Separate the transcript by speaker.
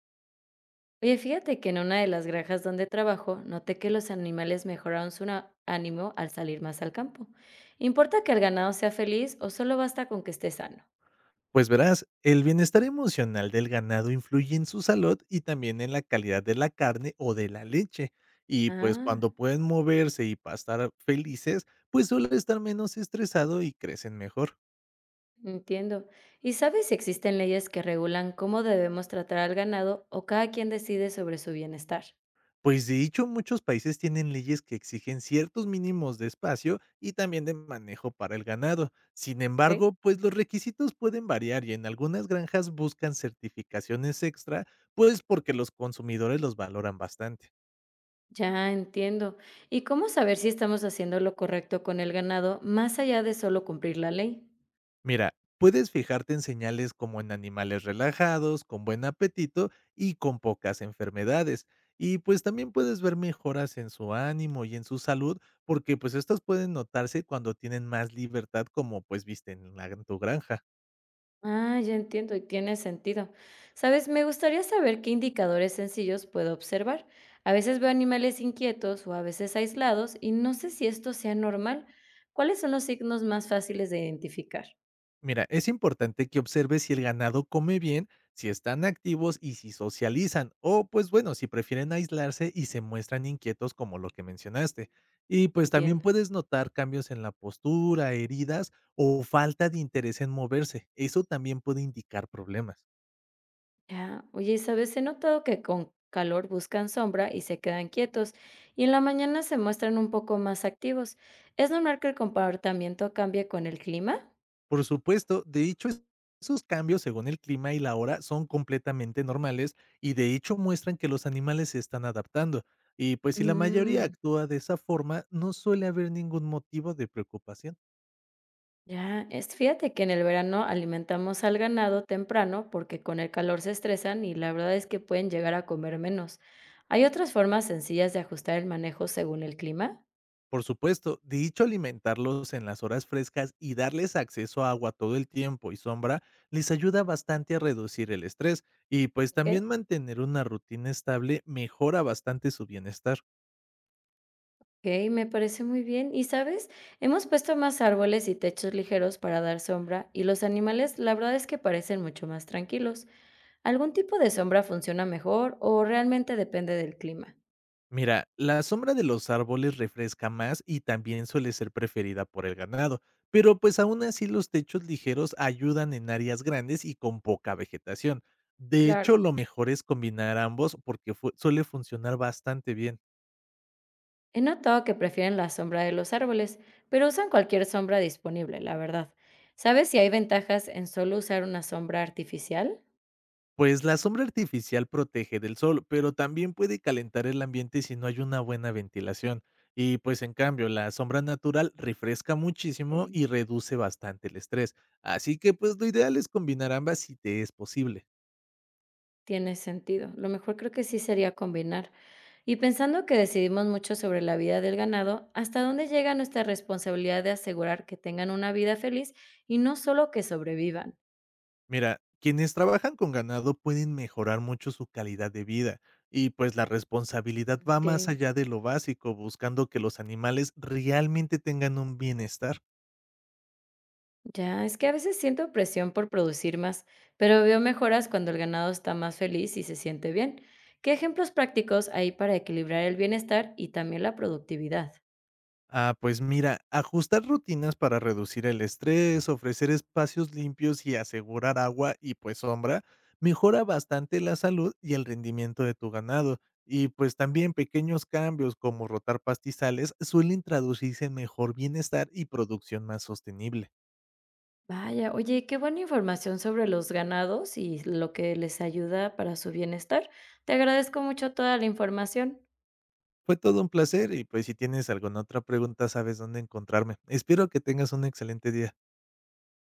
Speaker 1: Oye, fíjate que en una de las granjas donde trabajo, noté que los animales mejoraron su ánimo al salir más al campo. ¿Importa que el ganado sea feliz o solo basta con que esté sano?
Speaker 2: Pues verás, el bienestar emocional del ganado influye en su salud y también en la calidad de la carne o de la leche. Y pues
Speaker 1: Ah,
Speaker 2: cuando pueden moverse y pastar felices, pues suele estar menos estresado y crecen mejor.
Speaker 1: entiendo. ¿Y sabes si existen leyes que regulan cómo debemos tratar al ganado o cada quien decide sobre su bienestar?
Speaker 2: Pues de hecho, muchos países tienen leyes que exigen ciertos mínimos de espacio y también de manejo para el ganado. Sin
Speaker 1: Ok.
Speaker 2: embargo, pues los requisitos pueden variar y en algunas granjas buscan certificaciones extra, pues porque los consumidores los valoran bastante.
Speaker 1: Ya entiendo. ¿Y cómo saber si estamos haciendo lo correcto con el ganado más allá de solo cumplir la ley?
Speaker 2: Mira, puedes fijarte en señales como en animales relajados, con buen apetito y con pocas enfermedades. Y pues también puedes ver mejoras en su ánimo y en su salud, porque pues estas pueden notarse cuando tienen más libertad como pues visten en tu granja.
Speaker 1: Ah, ya entiendo y tiene sentido. Sabes, me gustaría saber qué indicadores sencillos puedo observar. A veces veo animales inquietos o a veces aislados y no sé si esto sea normal. ¿Cuáles son los signos más fáciles de identificar?
Speaker 2: Mira, es importante que observes si el ganado come bien, si están activos y si socializan, o pues bueno, si prefieren aislarse y se muestran inquietos como lo que mencionaste. Y pues también
Speaker 1: Entiendo.
Speaker 2: puedes notar cambios en la postura, heridas o falta de interés en moverse. Eso también puede indicar problemas.
Speaker 1: Ya, oye, sabes, he notado que con calor buscan sombra y se quedan quietos y en la mañana se muestran un poco más activos. ¿Es normal que el comportamiento cambie con el clima?
Speaker 2: Por supuesto, de hecho, esos cambios según el clima y la hora son completamente normales y de hecho muestran que los animales se están adaptando. Y pues si la mayoría
Speaker 1: Mmm.
Speaker 2: actúa de esa forma, no suele haber ningún motivo de preocupación.
Speaker 1: Ya, es fíjate que en el verano alimentamos al ganado temprano porque con el calor se estresan y la verdad es que pueden llegar a comer menos. ¿Hay otras formas sencillas de ajustar el manejo según el clima?
Speaker 2: Por supuesto, de hecho alimentarlos en las horas frescas y darles acceso a agua todo el tiempo y sombra les ayuda bastante a reducir el estrés y pues
Speaker 1: Ok,
Speaker 2: también mantener una rutina estable mejora bastante su bienestar.
Speaker 1: ok, me parece muy bien. Y sabes, hemos puesto más árboles y techos ligeros para dar sombra y los animales, la verdad es que parecen mucho más tranquilos. ¿Algún tipo de sombra funciona mejor o realmente depende del clima?
Speaker 2: Mira, la sombra de los árboles refresca más y también suele ser preferida por el ganado, pero pues aún así los techos ligeros ayudan en áreas grandes y con poca vegetación. De hecho,
Speaker 1: Claro.
Speaker 2: lo mejor es combinar ambos porque suele funcionar bastante bien.
Speaker 1: He notado que prefieren la sombra de los árboles, pero usan cualquier sombra disponible, la verdad. ¿Sabes si hay ventajas en solo usar una sombra artificial?
Speaker 2: Pues la sombra artificial protege del sol, pero también puede calentar el ambiente si no hay una buena ventilación. Y pues en cambio, la sombra natural refresca muchísimo
Speaker 1: Ok.
Speaker 2: y reduce bastante el estrés. Así que pues lo ideal es combinar ambas si te es posible.
Speaker 1: Tiene sentido. Lo mejor creo que sí sería combinar. Y pensando que decidimos mucho sobre la vida del ganado, ¿hasta dónde llega nuestra responsabilidad de asegurar que tengan una vida feliz y no solo que sobrevivan?
Speaker 2: Mira, quienes trabajan con ganado pueden mejorar mucho su calidad de vida y pues la responsabilidad va
Speaker 1: Ok.
Speaker 2: más allá de lo básico, buscando que los animales realmente tengan un bienestar.
Speaker 1: Ya, es que a veces siento presión por producir más, pero veo mejoras cuando el ganado está más feliz y se siente bien. ¿Qué ejemplos prácticos hay para equilibrar el bienestar y también la productividad?
Speaker 2: Ah, pues mira, ajustar rutinas para reducir el estrés, ofrecer espacios limpios y asegurar agua y pues sombra, mejora bastante la salud y el rendimiento de tu ganado. Y pues también pequeños cambios como rotar pastizales suelen traducirse en mejor bienestar y producción más sostenible.
Speaker 1: Vaya, oye, qué buena información sobre los ganados y lo que les ayuda para su bienestar. Te agradezco mucho toda la información.
Speaker 2: Fue todo un placer y pues si tienes alguna otra pregunta, sabes dónde encontrarme. Espero que tengas un excelente día.